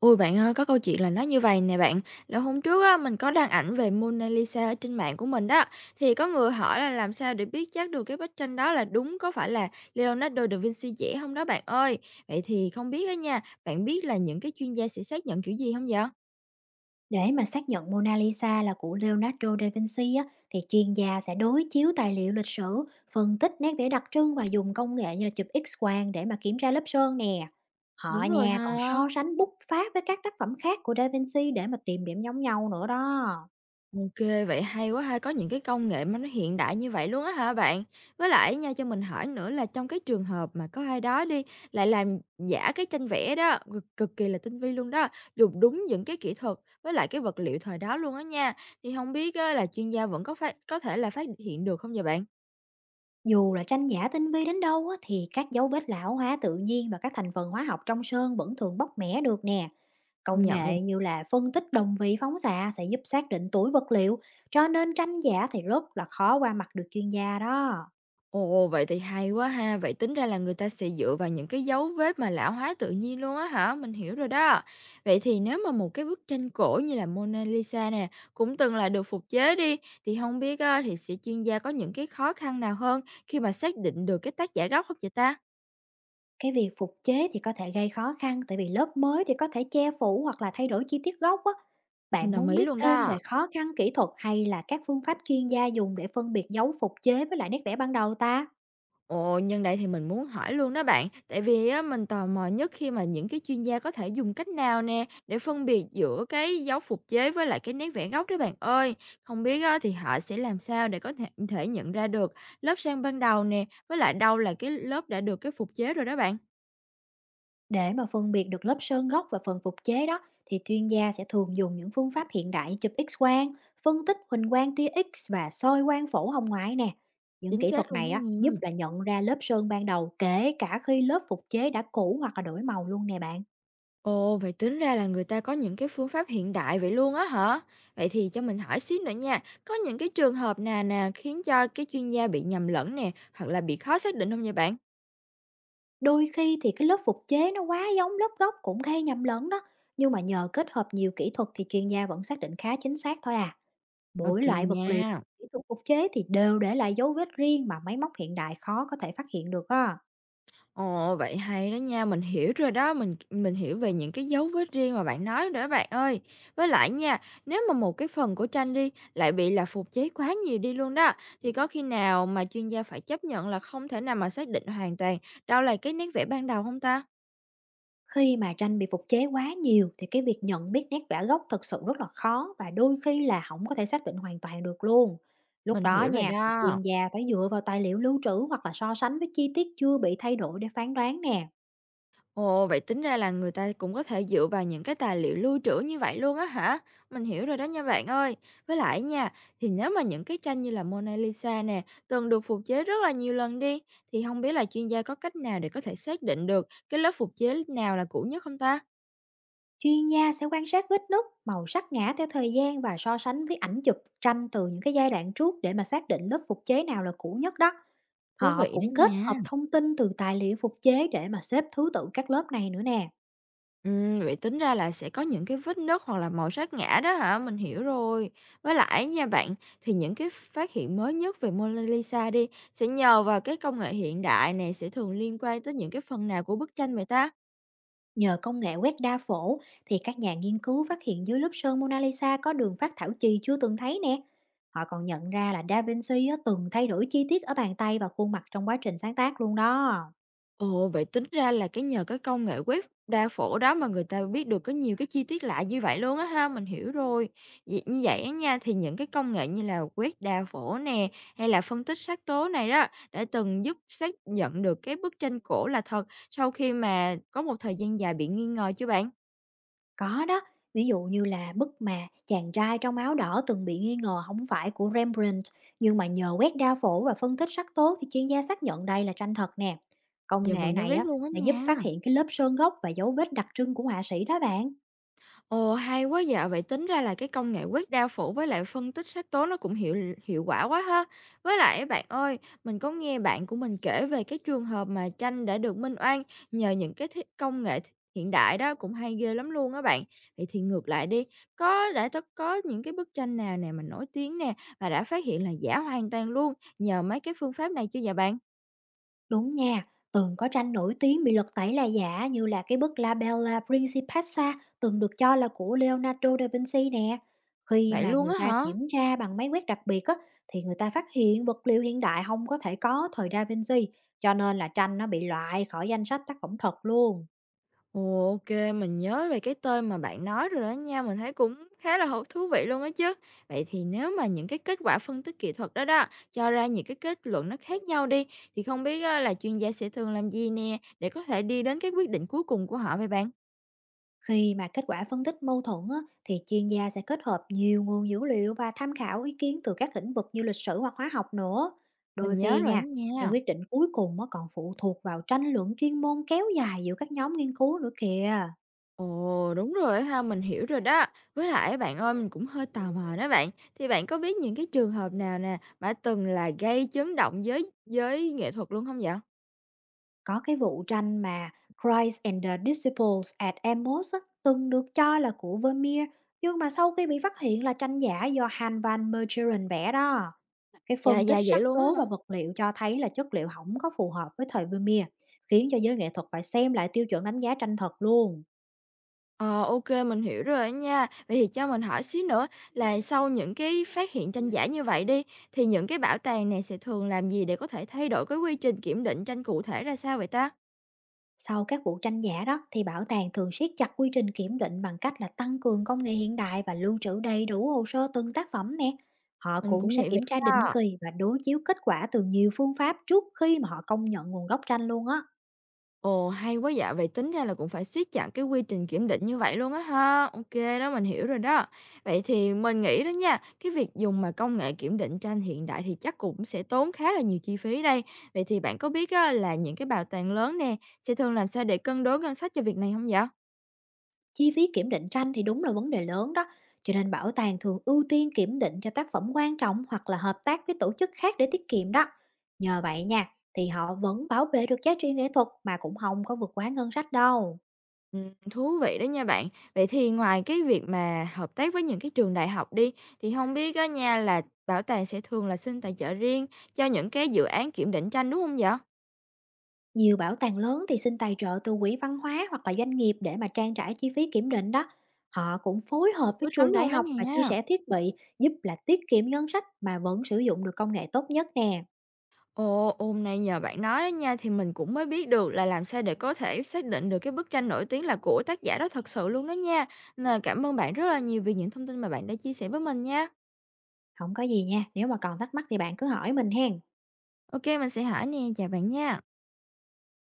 Ôi, bạn ơi, có câu chuyện là nó như vậy nè bạn, là hôm trước á, mình có đăng ảnh về Mona Lisa ở trên mạng của mình đó, thì có người hỏi là làm sao để biết chắc được cái bức tranh đó là đúng có phải là Leonardo da Vinci vẽ không đó bạn ơi? Vậy thì không biết á nha, bạn biết là những cái chuyên gia sẽ xác nhận kiểu gì hông vậy? Để mà xác nhận Mona Lisa là của Leonardo da Vinci á, thì chuyên gia sẽ đối chiếu tài liệu lịch sử, phân tích nét vẽ đặc trưng và dùng công nghệ như là chụp X-quang để mà kiểm tra lớp sơn nè. Họ Đúng rồi nha ha. còn so sánh bút pháp với các tác phẩm khác của Da Vinci để mà tìm điểm giống nhau nữa đó. OK, vậy hay quá ha, có những cái công nghệ mà nó hiện đại như vậy luôn á hả bạn? Với lại nha, cho mình hỏi nữa là trong cái trường hợp mà có ai đó đi, lại làm giả cái tranh vẽ đó, cực cực kỳ là tinh vi luôn đó, dùng đúng những cái kỹ thuật với lại cái vật liệu thời đó luôn á nha, thì không biết á là chuyên gia vẫn có thể là phát hiện được không vậy bạn? Dù là tranh giả tinh vi đến đâu á, thì các dấu vết lão hóa tự nhiên và các thành phần hóa học trong sơn vẫn thường bóc mẻ được nè. Công Công nhận luôn. nghệ như là phân tích đồng vị phóng xạ sẽ giúp xác định tuổi vật liệu, cho nên tranh giả thì rất là khó qua mặt được chuyên gia đó. Ồ, vậy thì hay quá ha. Vậy tính ra là người ta sẽ dựa vào những cái dấu vết mà lão hóa tự nhiên luôn á hả? Mình hiểu rồi đó. Vậy thì nếu mà một cái bức tranh cổ như là Mona Lisa nè cũng từng là được phục chế đi thì không biết á, thì sẽ chuyên gia có những cái khó khăn nào hơn khi mà xác định được cái tác giả gốc không vậy ta? Cái việc phục chế thì có thể gây khó khăn tại vì lớp mới thì có thể che phủ hoặc là thay đổi chi tiết gốc á. Mình Bạn đồng muốn ý biết luôn thêm đó. về khó khăn kỹ thuật hay là các phương pháp chuyên gia dùng để phân biệt dấu phục chế với lại nét vẽ ban đầu ta? Ồ, nhân đây thì mình muốn hỏi luôn đó bạn, tại vì á mình tò mò nhất khi mà những cái chuyên gia có thể dùng cách nào nè để phân biệt giữa cái dấu phục chế với lại cái nét vẽ gốc đó bạn ơi. Không biết á thì họ sẽ làm sao để có thể thể nhận ra được lớp sang ban đầu nè, với lại đâu là cái lớp đã được cái phục chế rồi đó bạn. Để mà phân biệt được lớp sơn gốc và phần phục chế đó, thì chuyên gia sẽ thường dùng những phương pháp hiện đại như chụp X-quang, phân tích huỳnh quang tia X và soi quang phổ hồng ngoại nè. Những Chính kỹ xác thuật luôn này đó á, giúp nha. là nhận ra lớp sơn ban đầu kể cả khi lớp phục chế đã cũ hoặc là đổi màu luôn nè bạn. Ồ, vậy tính ra là người ta có những cái phương pháp hiện đại vậy luôn á hả? Vậy thì cho mình hỏi xíu nữa nha, có những cái trường hợp nào nè khiến cho cái chuyên gia bị nhầm lẫn nè, hoặc là bị khó xác định không nha bạn? Đôi khi thì cái lớp phục chế nó quá giống lớp gốc cũng gây nhầm lẫn đó. Nhưng mà nhờ kết hợp nhiều kỹ thuật thì chuyên gia vẫn xác định khá chính xác thôi à. Mỗi OK loại vật liệu, nha. kỹ thuật phục chế thì đều để lại dấu vết riêng mà máy móc hiện đại khó có thể phát hiện được á. Ồ, vậy hay đó nha, mình hiểu rồi đó, mình hiểu về những cái dấu vết riêng mà bạn nói rồi đó bạn ơi. Với lại nha, nếu mà một cái phần của tranh đi, lại bị là phục chế quá nhiều đi luôn đó, thì có khi nào mà chuyên gia phải chấp nhận là không thể nào mà xác định hoàn toàn đâu là cái nét vẽ ban đầu không ta? Khi mà tranh bị phục chế quá nhiều thì cái việc nhận biết nét vẽ gốc thực sự rất là khó, và đôi khi là hổng có thể xác định hoàn toàn được luôn. Lúc Mình đó hiểu rồi nha, thì đó. chuyên gia phải dựa vào tài liệu lưu trữ hoặc là so sánh với chi tiết chưa bị thay đổi để phán đoán nè. Ồ, vậy tính ra là người ta cũng có thể dựa vào những cái tài liệu lưu trữ như vậy luôn á hả? Mình hiểu rồi đó nha bạn ơi. Với lại nha, thì nếu mà những cái tranh như là Mona Lisa nè, từng được phục chế rất là nhiều lần đi, thì không biết là chuyên gia có cách nào để có thể xác định được cái lớp phục chế nào là cũ nhất không ta? Chuyên gia sẽ quan sát vết nứt, màu sắc ngã theo thời gian và so sánh với ảnh chụp tranh từ những cái giai đoạn trước để mà xác định lớp phục chế nào là cũ nhất đó. Thú Họ vị đó cũng kết nha. hợp thông tin từ tài liệu phục chế để mà xếp thứ tự các lớp này nữa nè. Vậy tính ra là sẽ có những cái vết nứt hoặc là màu sát ngã đó hả? Mình hiểu rồi. Với lại nha bạn, thì những cái phát hiện mới nhất về Mona Lisa đi, sẽ nhờ vào cái công nghệ hiện đại này sẽ thường liên quan tới những cái phần nào của bức tranh vậy ta? Nhờ công nghệ quét đa phổ, thì các nhà nghiên cứu phát hiện dưới lớp sơn Mona Lisa có đường phát thảo chì chưa từng thấy nè. Họ còn nhận ra là Da Vinci á, từng thay đổi chi tiết ở bàn tay và khuôn mặt trong quá trình sáng tác luôn đó. Ồ, vậy tính ra là cái nhờ cái công nghệ web đa phổ đó mà người ta biết được có nhiều cái chi tiết lạ như vậy luôn á ha, mình hiểu rồi. Vậy, như vậy á nha, thì những cái công nghệ như là web đa phổ nè, hay là phân tích sắc tố này đó, đã từng giúp xác nhận được cái bức tranh cổ là thật sau khi mà có một thời gian dài bị nghi ngờ chứ bạn. Có đó, ví dụ như là bức mà chàng trai trong áo đỏ từng bị nghi ngờ không phải của Rembrandt, nhưng mà nhờ quét đa phổ và phân tích sắc tố thì chuyên gia xác nhận đây là tranh thật nè. Công Giờ nghệ mình mới này biết á, luôn á đã giúp nha. phát hiện cái lớp sơn gốc và dấu vết đặc trưng của họa sĩ đó bạn. Ồ, hay quá dạ! Vậy tính ra là cái công nghệ quét đao phủ với lại phân tích sắc tố nó cũng hiệu hiệu quả quá ha. Với lại á bạn ơi, mình có nghe bạn của mình kể về cái trường hợp mà tranh đã được minh oan nhờ những cái thiết công nghệ th hiện đại đó, cũng hay ghê lắm luôn á bạn. Vậy thì ngược lại đi, có đã t có những cái bức tranh nào nè mà nổi tiếng nè, và đã phát hiện là giả hoàn toàn luôn nhờ mấy cái phương pháp này chưa dạ bạn? Đúng nha, từng có tranh nổi tiếng bị lật tẩy là giả như là cái bức La Bella Principessa, từng được cho là của Leonardo da Vinci nè. Khi Vậy mà luôn người á ta hả? kiểm tra bằng máy quét đặc biệt á, thì người ta phát hiện vật liệu hiện đại không có thể có thời Da Vinci, cho nên là tranh nó bị loại khỏi danh sách tác phẩm thật luôn. Ồ, mình nhớ về cái tên mà bạn nói rồi đó nha, mình thấy cũng khá là thú vị luôn á chứ. Vậy thì nếu mà những cái kết quả phân tích kỹ thuật đó đó, cho ra những cái kết luận nó khác nhau đi, thì không biết á là chuyên gia sẽ thường làm gì nè, để có thể đi đến cái quyết định cuối cùng của họ vậy bạn? Khi mà kết quả phân tích mâu thuẫn á, thì chuyên gia sẽ kết hợp nhiều nguồn dữ liệu và tham khảo ý kiến từ các lĩnh vực như lịch sử hoặc hóa học nữa. Mình Đôi nhớ khi rồi á nha, cái nha. quyết định cuối cùng á, còn phụ thuộc vào tranh luận chuyên môn kéo dài giữa các nhóm nghiên cứu nữa kìa. Ồ, đúng rồi á ha, mình hiểu rồi đó. Với lại bạn ơi, mình cũng hơi tò mò đó bạn. Thì bạn có biết những cái trường hợp nào nè, mà từng là gây chấn động với nghệ thuật luôn không vậy? Có cái vụ tranh mà Christ and the Disciples at Emmons á, từng được cho là của Vermeer, nhưng mà sau khi bị phát hiện là tranh giả do Han van Meegeren vẽ đó. Cái Dạ, phân tích dạ, vậy sắc luôn á tố và hả? vật liệu cho thấy là chất liệu không có phù hợp với thời Vermeer, khiến cho giới nghệ thuật phải xem lại tiêu chuẩn đánh giá tranh thật luôn. Ờ, OK, mình hiểu rồi á nha. Vậy thì cho mình hỏi xíu nữa là sau những cái phát hiện tranh giả như vậy đi, thì những cái bảo tàng này sẽ thường làm gì để có thể thay đổi cái quy trình kiểm định tranh cụ thể ra sao vậy ta? Sau các vụ tranh giả đó thì bảo tàng thường siết chặt quy trình kiểm định bằng cách là tăng cường công nghệ hiện đại và lưu trữ đầy đủ hồ sơ từng tác phẩm nè. Họ Mình cũng cũng sẽ nghĩ vậy kiểm tra định đó. kỳ và đối chiếu kết quả từ nhiều phương pháp trước khi mà họ công nhận nguồn gốc tranh luôn á. Ồ, hay quá dạ, vậy tính ra là cũng phải siết chặt cái quy trình kiểm định như vậy luôn á ha. OK đó, mình hiểu rồi đó. Vậy thì mình nghĩ đó nha, cái việc dùng mà công nghệ kiểm định tranh hiện đại thì chắc cũng sẽ tốn khá là nhiều chi phí đây. Vậy thì bạn có biết á, là những cái bảo tàng lớn nè, sẽ thường làm sao để cân đối ngân sách cho việc này không dạ? Chi phí kiểm định tranh thì đúng là vấn đề lớn đó, cho nên bảo tàng thường ưu tiên kiểm định cho tác phẩm quan trọng hoặc là hợp tác với tổ chức khác để tiết kiệm đó. Nhờ vậy nha, thì họ vẫn bảo vệ được giá trị nghệ thuật mà cũng không có vượt quá ngân sách đâu. Thú vị đó nha bạn. Vậy thì ngoài cái việc mà hợp tác với những cái trường đại học đi, thì không biết á nha là bảo tàng sẽ thường là xin tài trợ riêng cho những cái dự án kiểm định tranh, đúng không dạ? Nhiều bảo tàng lớn thì xin tài trợ từ quỹ văn hóa hoặc là doanh nghiệp để mà trang trải chi phí kiểm định đó. Họ cũng phối Hữu hợp với ích lắm trường đại luôn đó học và chia nha. sẻ thiết bị, giúp là tiết kiệm ngân sách mà vẫn sử dụng được công nghệ tốt nhất nè. Ồ, hôm nay nhờ bạn nói đó nha thì mình cũng mới biết được là làm sao để có thể xác định được cái bức tranh nổi tiếng là của tác giả đó thật sự luôn đó nha. Nên là cảm ơn bạn rất là nhiều vì những thông tin mà bạn đã chia sẻ với mình nha. Không có gì nha, nếu mà còn thắc mắc thì bạn cứ hỏi mình hen. OK, mình sẽ hỏi nè, chào bạn nha.